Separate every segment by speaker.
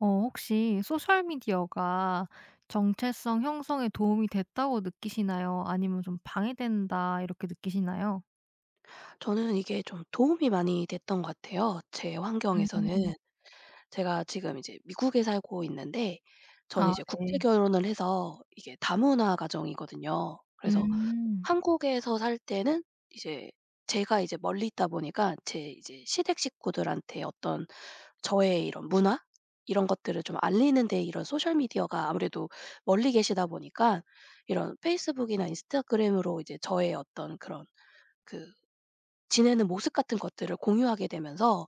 Speaker 1: 혹시 소셜미디어가 정체성 형성에 도움이 됐다고 느끼시나요? 아니면 좀 방해된다 이렇게 느끼시나요?
Speaker 2: 저는 이게 좀 도움이 많이 됐던 것 같아요. 제
Speaker 1: 음.
Speaker 2: 환경에서는 제가 지금 이제 미국에 살고 있는데, 저는
Speaker 1: 아
Speaker 2: 이제 국제
Speaker 1: 네.
Speaker 2: 결혼을 해서 이게 다문화 가정이거든요. 그래서
Speaker 1: 음.
Speaker 2: 한국에서 살 때는 이제 제가 이제 멀리 있다 보니까 제 이제 시댁 식구들한테 어떤 저의 이런 문화, 이런 것들을 좀 알리는 데 이런 소셜 미디어가, 아무래도 멀리 계시다 보니까 이런 페이스북이나 인스타그램으로 이제 저의 어떤 그런, 그 지내는 모습 같은 것들을 공유하게 되면서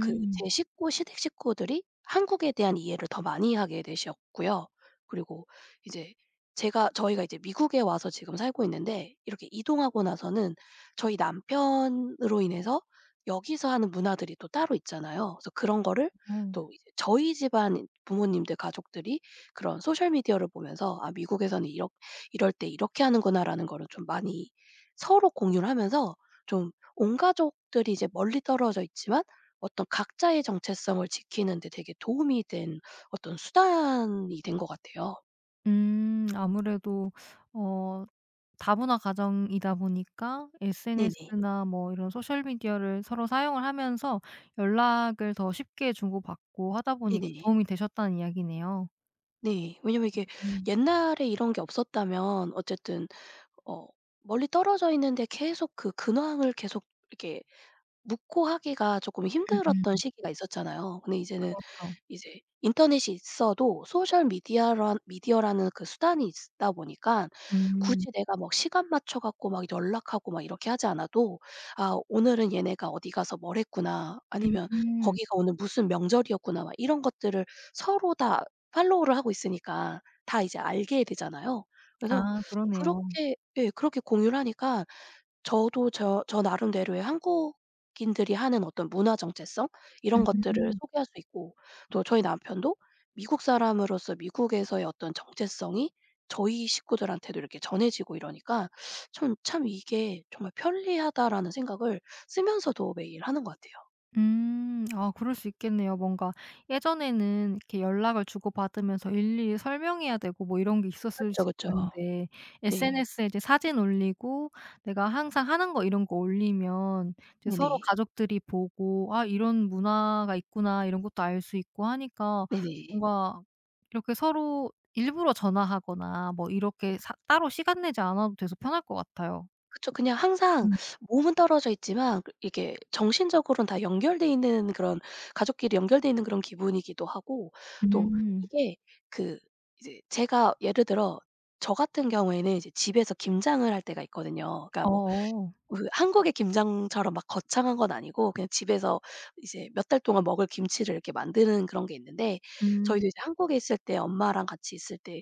Speaker 2: 그 제 식구 시댁 식구들이 한국에 대한 이해를 더 많이 하게 되셨고요. 그리고 이제 제가 저희가 이제 미국에 와서 지금 살고 있는데, 이렇게 이동하고 나서는 저희 남편으로 인해서 여기서 하는 문화들이 또 따로 있잖아요. 그래서 그런 거를
Speaker 1: 어.
Speaker 2: 또 이제 저희 집안 부모님들 가족들이 그런 소셜 미디어를 보면서 '아, 미국에서는 이렇 이럴 때 이렇게 하는구나.'라는 거를 좀 많이 서로 공유를 하면서, 좀 온 가족들이 이제 멀리 떨어져 있지만 어떤 각자의 정체성을 지키는 데 되게 도움이 된, 어떤 수단이 된 것 같아요.
Speaker 1: 음. 아무래도 어 다문화 가정이다 보니까
Speaker 2: 네네.
Speaker 1: SNS나 뭐 이런 소셜미디어를 서로 사용을 하면서 연락을 더 쉽게 주고받고 하다 보니까
Speaker 2: 네네.
Speaker 1: 도움이 되셨다는 이야기네요.
Speaker 2: 네. 왜냐면 이게
Speaker 1: 음.
Speaker 2: 옛날에 이런 게 없었다면 어쨌든, 어 멀리 떨어져 있는데 계속 그 근황을 계속 이렇게 묻고 하기가 조금 힘들었던
Speaker 1: 음음.
Speaker 2: 시기가 있었잖아요. 근데 이제는
Speaker 1: 그렇죠.
Speaker 2: 이제 인터넷이 있어도 소셜 미디어라는 그 수단이 있다 보니까,
Speaker 1: 음.
Speaker 2: 굳이 내가 막 시간 맞춰 갖고 막 연락하고 막 이렇게 하지 않아도 '아, 오늘은 얘네가 어디 가서 뭘 했구나.' 아니면
Speaker 1: 음.
Speaker 2: '거기가 오늘 무슨 명절이었구나.' 막 이런 것들을 서로 다 팔로우를 하고 있으니까 다 이제 알게 되잖아요. 그래서
Speaker 1: 아 그러네요.
Speaker 2: 그렇게, 예, 그렇게 공유를 하니까 저도 나름대로의 한국인들이 하는 어떤 문화 정체성, 이런
Speaker 1: 음.
Speaker 2: 것들을
Speaker 1: 음.
Speaker 2: 소개할 수 있고, 또 저희 남편도 미국 사람으로서 미국에서의 어떤 정체성이 저희 식구들한테도 이렇게 전해지고 이러니까 참 이게 정말 '편리하다.'라는 생각을 쓰면서도 매일 하는 것 같아요.
Speaker 1: 음. 아 그럴 수 있겠네요. 뭔가 예전에는 이렇게 연락을 주고받으면서 일일이 설명해야 되고 뭐 이런 게 있었을
Speaker 2: 그쵸,
Speaker 1: 수
Speaker 2: 그쵸.
Speaker 1: 있는데
Speaker 2: 네.
Speaker 1: SNS에 이제 사진 올리고 내가 항상 하는 거 이런 거 올리면 이제 서로
Speaker 2: 네네.
Speaker 1: 가족들이 보고 '아 이런 문화가 있구나.' 이런 것도 알 수 있고 하니까
Speaker 2: 네네.
Speaker 1: 뭔가 이렇게 서로 일부러 전화하거나 뭐 이렇게 사 따로 시간 내지 않아도 돼서 편할 것 같아요.
Speaker 2: 그쵸. 그냥 항상
Speaker 1: 음.
Speaker 2: 몸은 떨어져 있지만 그 이게 정신적으로는 다 연결돼 있는 그런, 가족끼리 연결돼 있는 그런 기분이기도 하고, 또
Speaker 1: 음.
Speaker 2: 이게, 그 이제 제가 예를 들어 저 같은 경우에는 이제 집에서 김장을 할 때가 있거든요. 그러니까 뭐
Speaker 1: 어어.
Speaker 2: 그 한국의 김장처럼 막 거창한 건 아니고 그냥 집에서 이제 몇 달 동안 먹을 김치를 이렇게 만드는 그런 게 있는데,
Speaker 1: 음.
Speaker 2: 저희도 이제 한국에 있을 때 엄마랑 같이 있을 때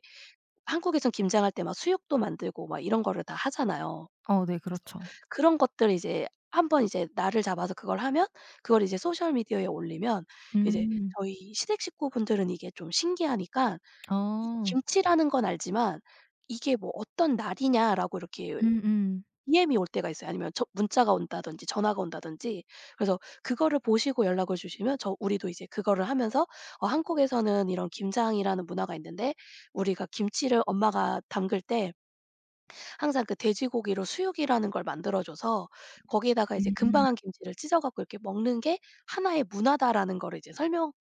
Speaker 2: 한국에선 김장할 때 막 수육도 만들고 막 이런 거를 다 하잖아요.
Speaker 1: 어 네
Speaker 2: 그래서
Speaker 1: 그렇죠.
Speaker 2: 그런 것들 이제 한번 이제 날을 잡아서 그걸 하면 그걸 이제 소셜 미디어에 올리면, 이제
Speaker 1: 음.
Speaker 2: 저희 시댁 식구분들은 이게 좀 신기하니까 이
Speaker 1: 어.
Speaker 2: 김치라는 건 알지만 "이게 뭐 어떤 날이냐?"라고 이렇게
Speaker 1: 음음.
Speaker 2: DM이 올 때가 있어요. 아니면 저 문자가 온다든지 전화가 온다든지. 그래서 그거를 보시고 연락을 주시면 저 우리도 이제 그거를 하면서 "어, 한국에서는 이런 김장이라는 문화가 있는데 우리가 김치를 엄마가 담글 때 항상 그 돼지고기로 수육이라는 걸 만들어 줘서 거기에다가 이제
Speaker 1: 음.
Speaker 2: 금방한 김치를 찢어 갖고 이렇게 먹는 게 하나의 문화다라는 거를 이제 설명해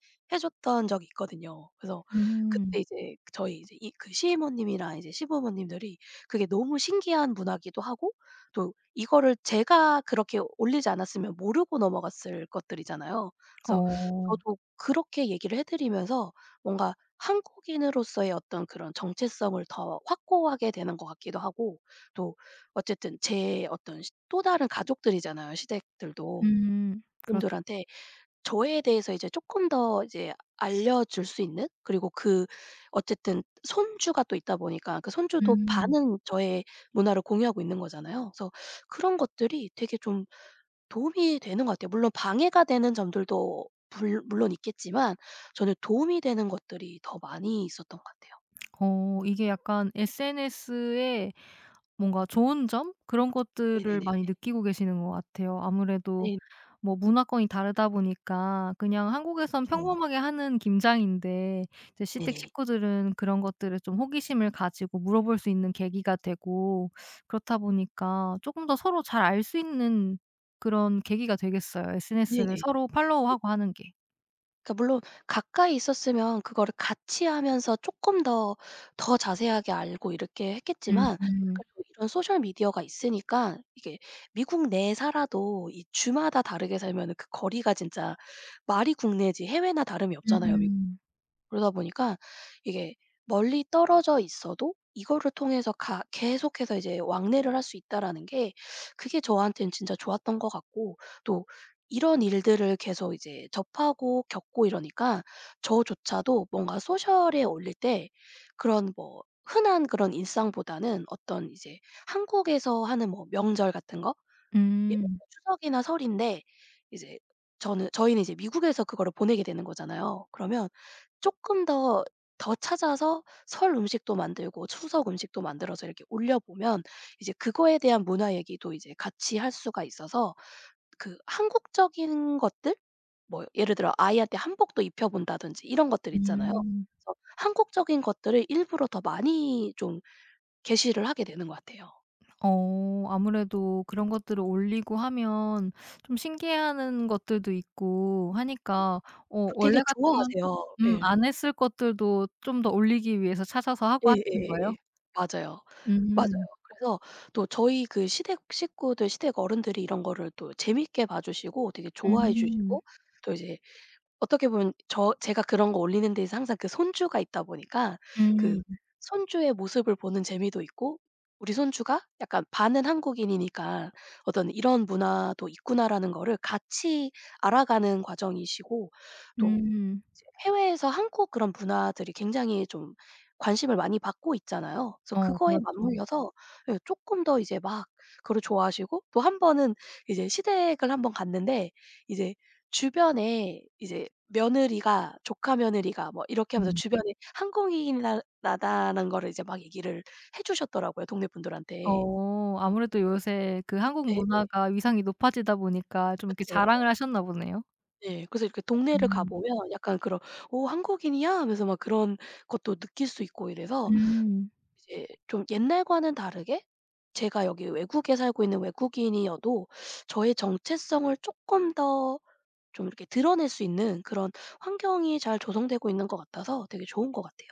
Speaker 2: 줬던 적이 있거든요. 그래서
Speaker 1: 음.
Speaker 2: 그때 이제 저희 이제 이 그시모님이랑 이제 시부모님들이 그게 너무 신기한 문화기도 하고, 또 이거를 제가 그렇게 올리지 않았으면 모르고 넘어갔을 것들이잖아요. 그래서
Speaker 1: 어.
Speaker 2: 저도 그렇게 얘기를 해 드리면서 뭔가 한국인으로서의 어떤 그런 정체성을 더 확고하게 되는 것 같기도 하고, 또 어쨌든 제 어떤 시 또 다른 가족들이잖아요, 시댁들도.
Speaker 1: 음. 그렇죠.
Speaker 2: 분들한테 저에 대해서 이제 조금 더 이제 알려줄 수 있는, 그리고 그 어쨌든 손주가 또 있다 보니까 그 손주도
Speaker 1: 음.
Speaker 2: 반은 저의 문화를 공유하고 있는 거잖아요. 그래서 그런 것들이 되게 좀 도움이 되는 것 같아요. 물론 방해가 되는 점들도 불 물론 있겠지만 저는 도움이 되는 것들이 더 많이 있었던 것 같아요.
Speaker 1: 어 이게 약간 SNS의 뭔가 좋은 점 그런 것들을
Speaker 2: 네네네.
Speaker 1: 많이 느끼고 계시는 것 같아요. 아무래도
Speaker 2: 네.
Speaker 1: 뭐 문화권이 다르다 보니까 그냥 한국에선
Speaker 2: 그
Speaker 1: 평범하게 하는 김장인데 이제 시댁
Speaker 2: 네네.
Speaker 1: 식구들은 그런 것들에 좀 호기심을 가지고 물어볼 수 있는 계기가 되고 그렇다 보니까 조금 더 서로 잘 알 수 있는 그런 계기가 되겠어요, SNS를
Speaker 2: 네네.
Speaker 1: 서로 팔로우하고 하는 게.
Speaker 2: 그러니까 물론 가까이 있었으면 그거를 같이 하면서 쪼끔 더, 더 자세하게 알고 이렇게 했겠지만,
Speaker 1: 음.
Speaker 2: 그래도 이런 소셜 미디어가 있으니까 이게 미국 내에 살아도 이 주마다 다르게 살면은 그 거리가 진짜 말이 국내지 해외나 다름이 없잖아요.
Speaker 1: 음음.
Speaker 2: 그러다 보니까 이게 멀리 떨어져 있어도 이거를 통해서 가 계속해서 이제 왕래를 할 수 있다라는 게, 그게 저한테는 진짜 좋았던 것 같고, 또 이런 일들을 계속 이제 접하고 겪고 이러니까 저조차도 뭔가 소셜에 올릴 때 그런 뭐 흔한 그런 일상보다는 어떤 이제 한국에서 하는 뭐 명절 같은 거, 예를
Speaker 1: 음.
Speaker 2: 들면 추석이나 설인데 이제 저는 저희는 이제 미국에서 그거를 보내게 되는 거잖아요. 그러면 쪼끔 더, 더 찾아서 설 음식도 만들고 추석 음식도 만들어서 이렇게 올려보면 이제 그거에 대한 문화 얘기도 이제 같이 할 수가 있어서 그 한국적인 것들, 뭐 예를 들어 아이한테 한복도 입혀 본다든지 이런 것들 있잖아요.
Speaker 1: 음.
Speaker 2: 그래서 한국적인 것들을 일부러 더 많이 좀 게시를 하게 되는 것 같아요.
Speaker 1: 어 아무래도 그런 것들을 올리고 하면 좀 신기해하는 것들도 있고 하니까 어
Speaker 2: 그 되게
Speaker 1: 원래 같으면 조금
Speaker 2: 좋아하세요. 예.
Speaker 1: 안 했을 것들도 좀 더 올리기 위해서 찾아서 하고 하시는 거예요?
Speaker 2: 예예예예. 맞아요. 맞아요.
Speaker 1: 음.
Speaker 2: 그래서 또 저희 그 시댁 식구들, 시댁 어른들이 이런 거를 또 재밌게 봐 주시고 되게 좋아해
Speaker 1: 음.
Speaker 2: 주시고, 또 이제 어떻게 보면 저 제가 그런 거 올리는 데에서 항상 그 손주가 있다 보니까, 그
Speaker 1: 음.
Speaker 2: 손주의 모습을 보는 재미도 있고 우리 손주가 약간 반은 한국인이니까 어떤 '이런 문화도 있구나.'라는 거를 같이 알아가는 과정이시고, 또
Speaker 1: 음.
Speaker 2: 이제 해외에서 한국 그런 문화들이 굉장히 좀 관심을 많이 받고 있잖아요. 그래서
Speaker 1: 어
Speaker 2: 그거에
Speaker 1: 그렇죠.
Speaker 2: 맞물려서 예 쪼끔 더 이제 막 그걸 좋아하시고, 또 한 번은 이제 시댁을 한 번 갔는데 이제 주변에 이제 며느리가 조카 며느리가 뭐 이렇게 하면서
Speaker 1: 음.
Speaker 2: 주변에 한국인이다라는 거를 이제 막 얘기를 해 주셨더라고요, 동네 분들한테.
Speaker 1: 어 아무래도 요새 그 한국
Speaker 2: 예예.
Speaker 1: 문화가 위상이 높아지다 보니까 좀 이렇게
Speaker 2: 그쵸, 그쵸.
Speaker 1: 자랑을 하셨나 보네요.
Speaker 2: 예. 그래서 이렇게 동네를 가
Speaker 1: 음.
Speaker 2: 보면 약간 그런 "오, 한국인이야?" 하면서 막 그런 것도 느낄 수 있고 이래서,
Speaker 1: 음.
Speaker 2: 이제 좀 옛날과는 다르게 제가 여기 외국에 살고 있는 외국인이어도 저의 정체성을 쪼끔 더 좀 이렇게 드러낼 수 있는 그런 환경이 잘 조성되고 있는 것 같아서 되게 좋은 것 같아요.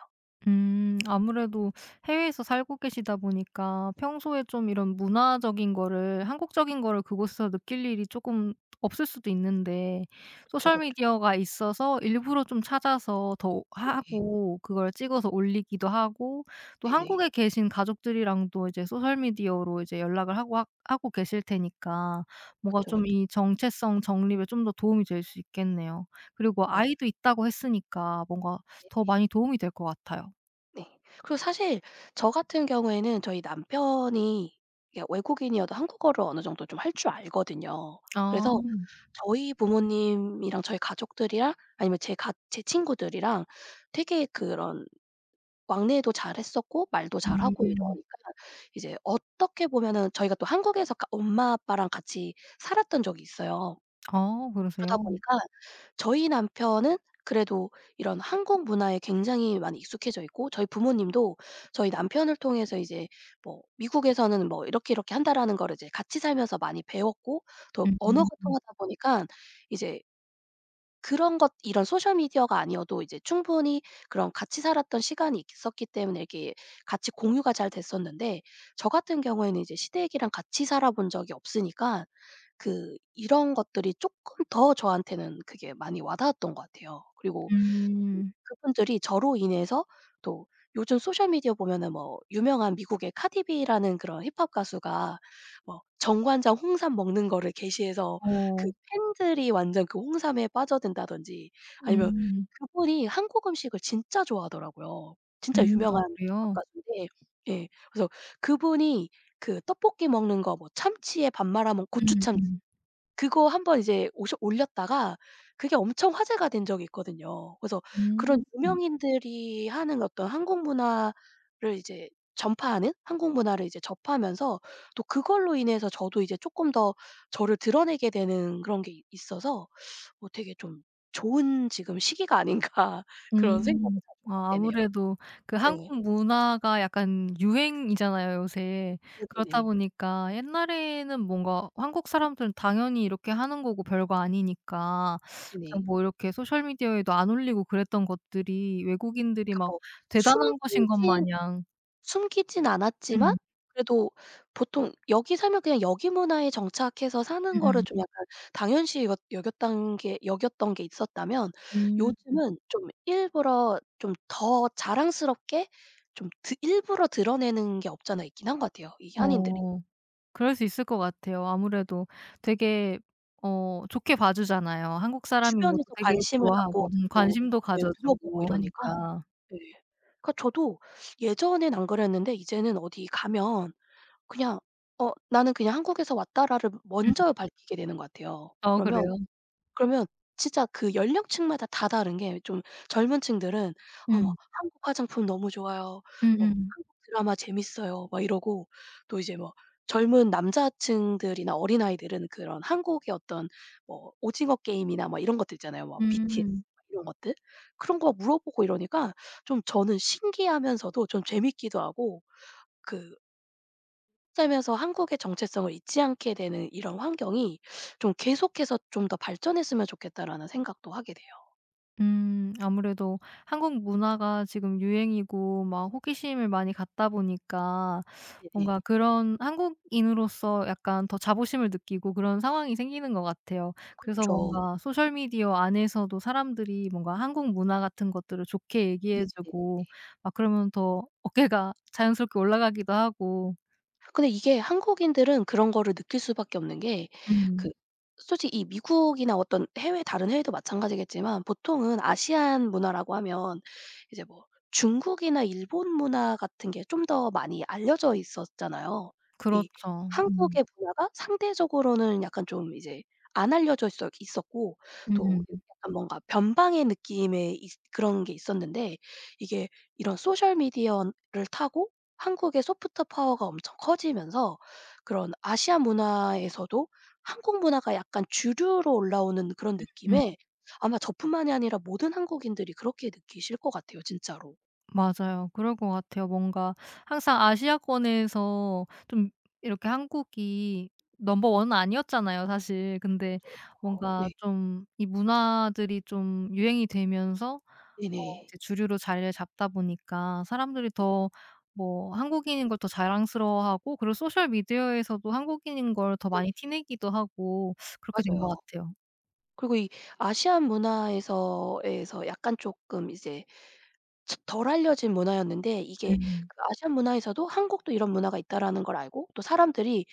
Speaker 1: 아무래도 해외에서 살고 계시다 보니까 평소에 좀 이런 문화적인 거를 한국적인 거를 그곳에서 느낄 일이 조금 없을 수도 있는데
Speaker 2: 그쵸,
Speaker 1: 소셜
Speaker 2: 그쵸.
Speaker 1: 미디어가 있어서 일부러 좀 찾아서 더
Speaker 2: 네.
Speaker 1: 하고 그걸 찍어서 올리기도 하고 또
Speaker 2: 네네.
Speaker 1: 한국에 계신 가족들이랑도 이제 소셜 미디어로 이제 연락을 하고 하 하고 계실 테니까 뭔가
Speaker 2: 그쵸,
Speaker 1: 좀
Speaker 2: 그쵸.
Speaker 1: 이 정체성 정립에 좀 더 도움이 될 수 있겠네요. 그리고
Speaker 2: 맞아요.
Speaker 1: 아이도 있다고 했으니까 뭔가
Speaker 2: 네네.
Speaker 1: 더 많이 도움이 될 것 같아요.
Speaker 2: 네. 그리고 사실 저 같은 경우에는 저희 남편이 이게 외국인이어도 한국어를 어느 정도 좀 할 줄 알거든요.
Speaker 1: 아
Speaker 2: 그래서 저희 부모님이랑 저희 가족들이랑 아니면 제가 제 친구들이랑 되게 그런 왕래도 잘했었고 말도 잘하고
Speaker 1: 음.
Speaker 2: 이러니까, 이제 어떻게 보면은 저희가 또 한국에서 가 엄마 아빠랑 같이 살았던 적이 있어요.
Speaker 1: 아
Speaker 2: 그러다
Speaker 1: 그러세요?
Speaker 2: 보니까 저희 남편은 그래도 이런 한국 문화에 굉장히 많이 익숙해져 있고, 저희 부모님도 저희 남편을 통해서 이제 뭐 미국에서는 뭐 이렇게 이렇게 한다라는 거를 이제 같이 살면서 많이 배웠고, 또 언어가
Speaker 1: 음.
Speaker 2: 통하다 보니까 이제 그런 것 이런 소셜 미디어가 아니어도 이제 충분히 그런 같이 살았던 시간이 있었기 때문에 이게 같이 공유가 잘 됐었는데, 저 같은 경우에는 이제 시댁이랑 같이 살아본 적이 없으니까 그 이런 것들이 쪼끔 더 저한테는 그게 많이 와 닿았던 것 같아요. 그리고
Speaker 1: 음.
Speaker 2: 그분들이 저로 인해서, 또 요즘 소셜 미디어 보면은 뭐 유명한 미국의 카디 비라는 그런 힙합 가수가 뭐 정관장 홍삼 먹는 거를 게시해서 그
Speaker 1: 어.
Speaker 2: 팬들이 완전 그 홍삼에 빠져든다든지, 아니면
Speaker 1: 음.
Speaker 2: 그분이 한국 음식을 진짜 좋아하더라고요. 진짜
Speaker 1: 음. 아
Speaker 2: 유명한 힙합
Speaker 1: 그래요?
Speaker 2: 가수인데, 예 그래서 그분이 그 떡볶이 먹는 거 뭐 참치에 밥 말아 먹 고추 참치,
Speaker 1: 음음.
Speaker 2: 그거 한번 이제 오셔 올렸다가 그게 엄청 화제가 된 적이 있거든요. 그래서 그런
Speaker 1: 음.
Speaker 2: 유명인들이 하는 어떤 한국 문화를 이제 전파하는 한국 문화를 이제 접하면서, 또 그걸로 인해서 저도 이제 쪼끔 더 저를 드러내게 되는 그런 게 있어서 뭐 되게 좀 좋은 지금 시기가 아닌가 그런 생각을
Speaker 1: 음.
Speaker 2: 자주 하게
Speaker 1: 아
Speaker 2: 되네요.
Speaker 1: 아무래도 그
Speaker 2: 예.
Speaker 1: 한국 문화가 약간 유행이잖아요, 요새. 그렇다
Speaker 2: 네네네.
Speaker 1: 보니까 옛날에는 뭔가 한국 사람들은 당연히 이렇게 하는 거고 별거 아니니까 그냥
Speaker 2: 네네.
Speaker 1: 뭐 이렇게 소셜 미디어에도 안 올리고 그랬던 것들이 외국인들이
Speaker 2: 그러니까
Speaker 1: 막
Speaker 2: 뭐
Speaker 1: 대단한 것인 것
Speaker 2: 숨기진
Speaker 1: 마냥
Speaker 2: 숨기진 않았지만,
Speaker 1: 음.
Speaker 2: 그래도 보통 여기 살면 그냥 여기 문화에 정착해서 사는 거를
Speaker 1: 음음.
Speaker 2: 좀 약간 당연시 여 여겼던 게 여겼던 게 있었다면,
Speaker 1: 음.
Speaker 2: 요즘은 좀 일부러 좀 더 자랑스럽게 좀 드 일부러 드러내는 게 없잖아 있긴 한 것 같아요, 이 한인들이.
Speaker 1: 어. 그럴 수 있을 것 같아요. 아무래도 되게 어 좋게 봐 주잖아요. 한국 사람인 것도
Speaker 2: 주변에서
Speaker 1: 되게
Speaker 2: 관심을 갖고
Speaker 1: 좋아하고
Speaker 2: 자꾸
Speaker 1: 관심도
Speaker 2: 예
Speaker 1: 가져
Speaker 2: 물어보고
Speaker 1: 주고
Speaker 2: 이러니까.
Speaker 1: 하니까.
Speaker 2: 예. 그러니까 저도 예전엔 안 그랬는데 이제는 어디 가면 그냥 어 '나는 그냥 한국에서 왔다.'라를
Speaker 1: 음.
Speaker 2: 먼저 밝히게 되는 것 같아요.
Speaker 1: 어
Speaker 2: 그러면,
Speaker 1: 그래요?
Speaker 2: 그러면 진짜 그 연령층마다 다 다른 게 좀, 젊은 층들은 어 뭐
Speaker 1: 음.
Speaker 2: "한국 화장품 너무 좋아요.", 뭐
Speaker 1: 음음.
Speaker 2: "한국 드라마 재밌어요." 막 이러고, 또 이제 뭐 젊은 남자층들이나 어린아이들은 그런 한국의 어떤 뭐 오징어 게임이나 막 이런 것들 있잖아요.
Speaker 1: 음.
Speaker 2: 뭐 BTS
Speaker 1: 음.
Speaker 2: 막 이런 것들. 그런 거 물어보고 이러니까 좀 저는 신기하면서도 좀 재밌기도 하고, 그 살면서 한국의 정체성을 잊지 않게 되는 이런 환경이 좀 계속해서 좀 더 발전했으면 좋겠다라는 생각도 하게 돼요.
Speaker 1: 아무래도 한국 문화가 지금 유행이고 막 호기심을 많이 갖다 보니까 뭔가
Speaker 2: 네네.
Speaker 1: 그런 한국인으로서 약간 더 자부심을 느끼고 그런 상황이 생기는 것 같아요. 그래서
Speaker 2: 그쵸.
Speaker 1: 뭔가 소셜 미디어 안에서도 사람들이 뭔가 한국 문화 같은 것들을 좋게 얘기해 주고 막 그러면 더 어깨가 자연스럽게 올라가기도 하고.
Speaker 2: 근데 이게 한국인들은 그런 거를 느낄 수밖에 없는 게, 그
Speaker 1: 음.
Speaker 2: 솔직히 이 미국이나 어떤 해외 다른 해외도 마찬가지겠지만 보통은 아시안 문화라고 하면 이제 뭐 중국이나 일본 문화 같은 게 좀 더 많이 알려져 있었잖아요. 이
Speaker 1: 그렇죠. 음.
Speaker 2: 한국의 문화가 상대적으로는 약간 좀 이제 안 알려져 있었 있었고, 또
Speaker 1: 음음.
Speaker 2: 약간 뭔가 변방의 느낌의 있 그런 게 있었는데, 이게 이런 소셜 미디어를 타고 한국의 소프트 파워가 엄청 커지면서 그런 아시아 문화에서도 한국 문화가 약간 주류로 올라오는 그런
Speaker 1: 음.
Speaker 2: 느낌에, 아마 저뿐만이 아니라 모든 한국인들이 그렇게 느끼실 것 같아요 진짜로.
Speaker 1: 맞아요. 그럴 것 같아요. 뭔가 항상 아시아권에서 좀 이렇게 한국이 넘버 원은 아니었잖아요 사실. 근데
Speaker 2: 그쵸, 그쵸.
Speaker 1: 뭔가
Speaker 2: 네.
Speaker 1: 좀 이 문화들이 좀 유행이 되면서 어
Speaker 2: 네네.
Speaker 1: 이제 주류로 자리를 잡다 보니까 사람들이 더 뭐 한국인인 걸 더 자랑스러워하고 그리고 소셜 미디어에서도 한국인인 걸 더
Speaker 2: 네.
Speaker 1: 많이 티내기도 하고 그렇게 된 것
Speaker 2: 맞아요.
Speaker 1: 같아요.
Speaker 2: 그리고 이 아시안 문화에서 에서 약간 쪼끔 이제 츠 덜 알려진 문화였는데, 이게
Speaker 1: 음.
Speaker 2: 그 아시안 문화에서도 '한국도 이런 문화가 있다.'라는 걸 알고, 또 사람들이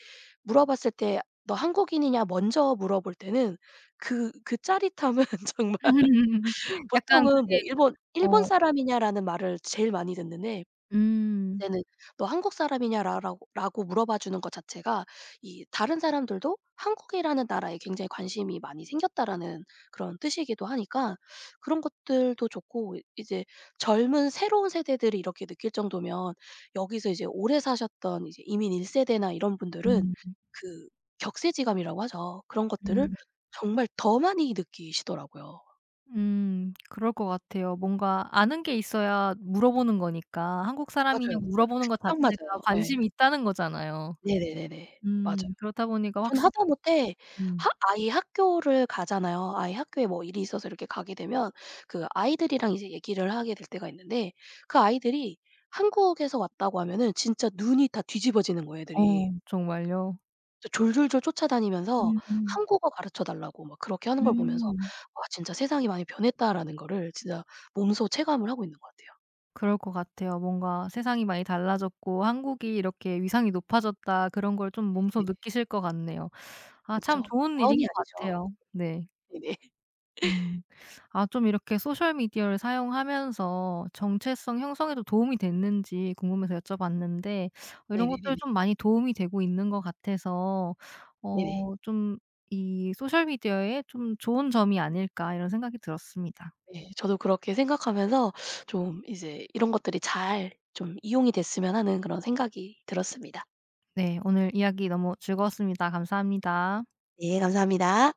Speaker 2: 물어봤을 때 "너 한국인이냐?" 먼저 물어볼 때는 그 그 짜릿함은 정말,
Speaker 1: 약간
Speaker 2: 보통은 뭐
Speaker 1: 그게
Speaker 2: "일본
Speaker 1: 어
Speaker 2: 사람이냐?"라는 말을 제일 많이 듣는데,
Speaker 1: 음.
Speaker 2: 이제는 "너 한국 사람이냐라고 라고 물어봐 주는 것 자체가 이 다른 사람들도 한국이라는 나라에 굉장히 관심이 많이 생겼다라는 그런 뜻이기도 하니까 그런 것들도 좋고, 이제 젊은 새로운 세대들이 이렇게 느낄 정도면 여기서 이제 오래 사셨던 이제 이민 1 세대나 이런 분들은
Speaker 1: 음.
Speaker 2: 그 격세지감이라고 하죠. 그런 것들을
Speaker 1: 음.
Speaker 2: 정말 더 많이 느끼시더라고요.
Speaker 1: 음. 그럴 것 같아요. 뭔가 아는 게 있어야 물어보는 거니까 한국
Speaker 2: 맞아요,
Speaker 1: 사람이냐고
Speaker 2: 맞아요.
Speaker 1: 물어보는
Speaker 2: 그게
Speaker 1: 것
Speaker 2: 딱
Speaker 1: 자체가
Speaker 2: 맞아요. 예.
Speaker 1: 관심이 있다는 거잖아요.
Speaker 2: 네네네네. 맞아요.
Speaker 1: 음. 그렇다 보니까
Speaker 2: 전
Speaker 1: 확실히
Speaker 2: 하다못해
Speaker 1: 음.
Speaker 2: 하 아이 학교를 가잖아요. 아이 학교에 뭐 일이 있어서 이렇게 가게 되면 그 아이들이랑 이제 얘기를 하게 될 때가 있는데, 그 아이들이 한국에서 왔다고 하면은 진짜 눈이 다 뒤집어지는 거예요
Speaker 1: 어
Speaker 2: 애들이.
Speaker 1: 정말요?
Speaker 2: 저 졸졸졸 쫓아다니면서
Speaker 1: 음음. 음.
Speaker 2: 한국어 가르쳐 달라고 막 그렇게 하는 걸 보면서
Speaker 1: 음.
Speaker 2: '와, 진짜 세상이 많이 변했다.'라는 거를 진짜 몸소 체감을 하고 있는 것 같아요.
Speaker 1: 그럴 것 같아요. 뭔가 세상이 많이 달라졌고 한국이 이렇게 위상이 높아졌다 그런 걸 좀 몸소
Speaker 2: 네네.
Speaker 1: 느끼실 것 같네요. 아 참
Speaker 2: 그쵸.
Speaker 1: 좋은 일인
Speaker 2: 과언이
Speaker 1: 것
Speaker 2: 아니죠.
Speaker 1: 같아요. 네.
Speaker 2: 네네.
Speaker 1: 음. 아 좀 이렇게 소셜 미디어를 사용하면서 정체성 형성에도 도움이 됐는지 궁금해서 여쭤봤는데 어 이런 것들
Speaker 2: 네네네네.
Speaker 1: 좀 많이 도움이 되고 있는 것 같아서
Speaker 2: 네네.
Speaker 1: 어 좀 이 '소셜 미디어의 좀 좋은 점이 아닐까.' 이런 생각이 들었습니다.
Speaker 2: 네. 저도 그렇게 생각하면서 좀 이제 이런 것들이 잘 좀 이용이 됐으면 하는 그런 생각이 들었습니다.
Speaker 1: 네. 오늘 이야기 너무 즐거웠습니다. 감사합니다.
Speaker 2: 네, 감사합니다.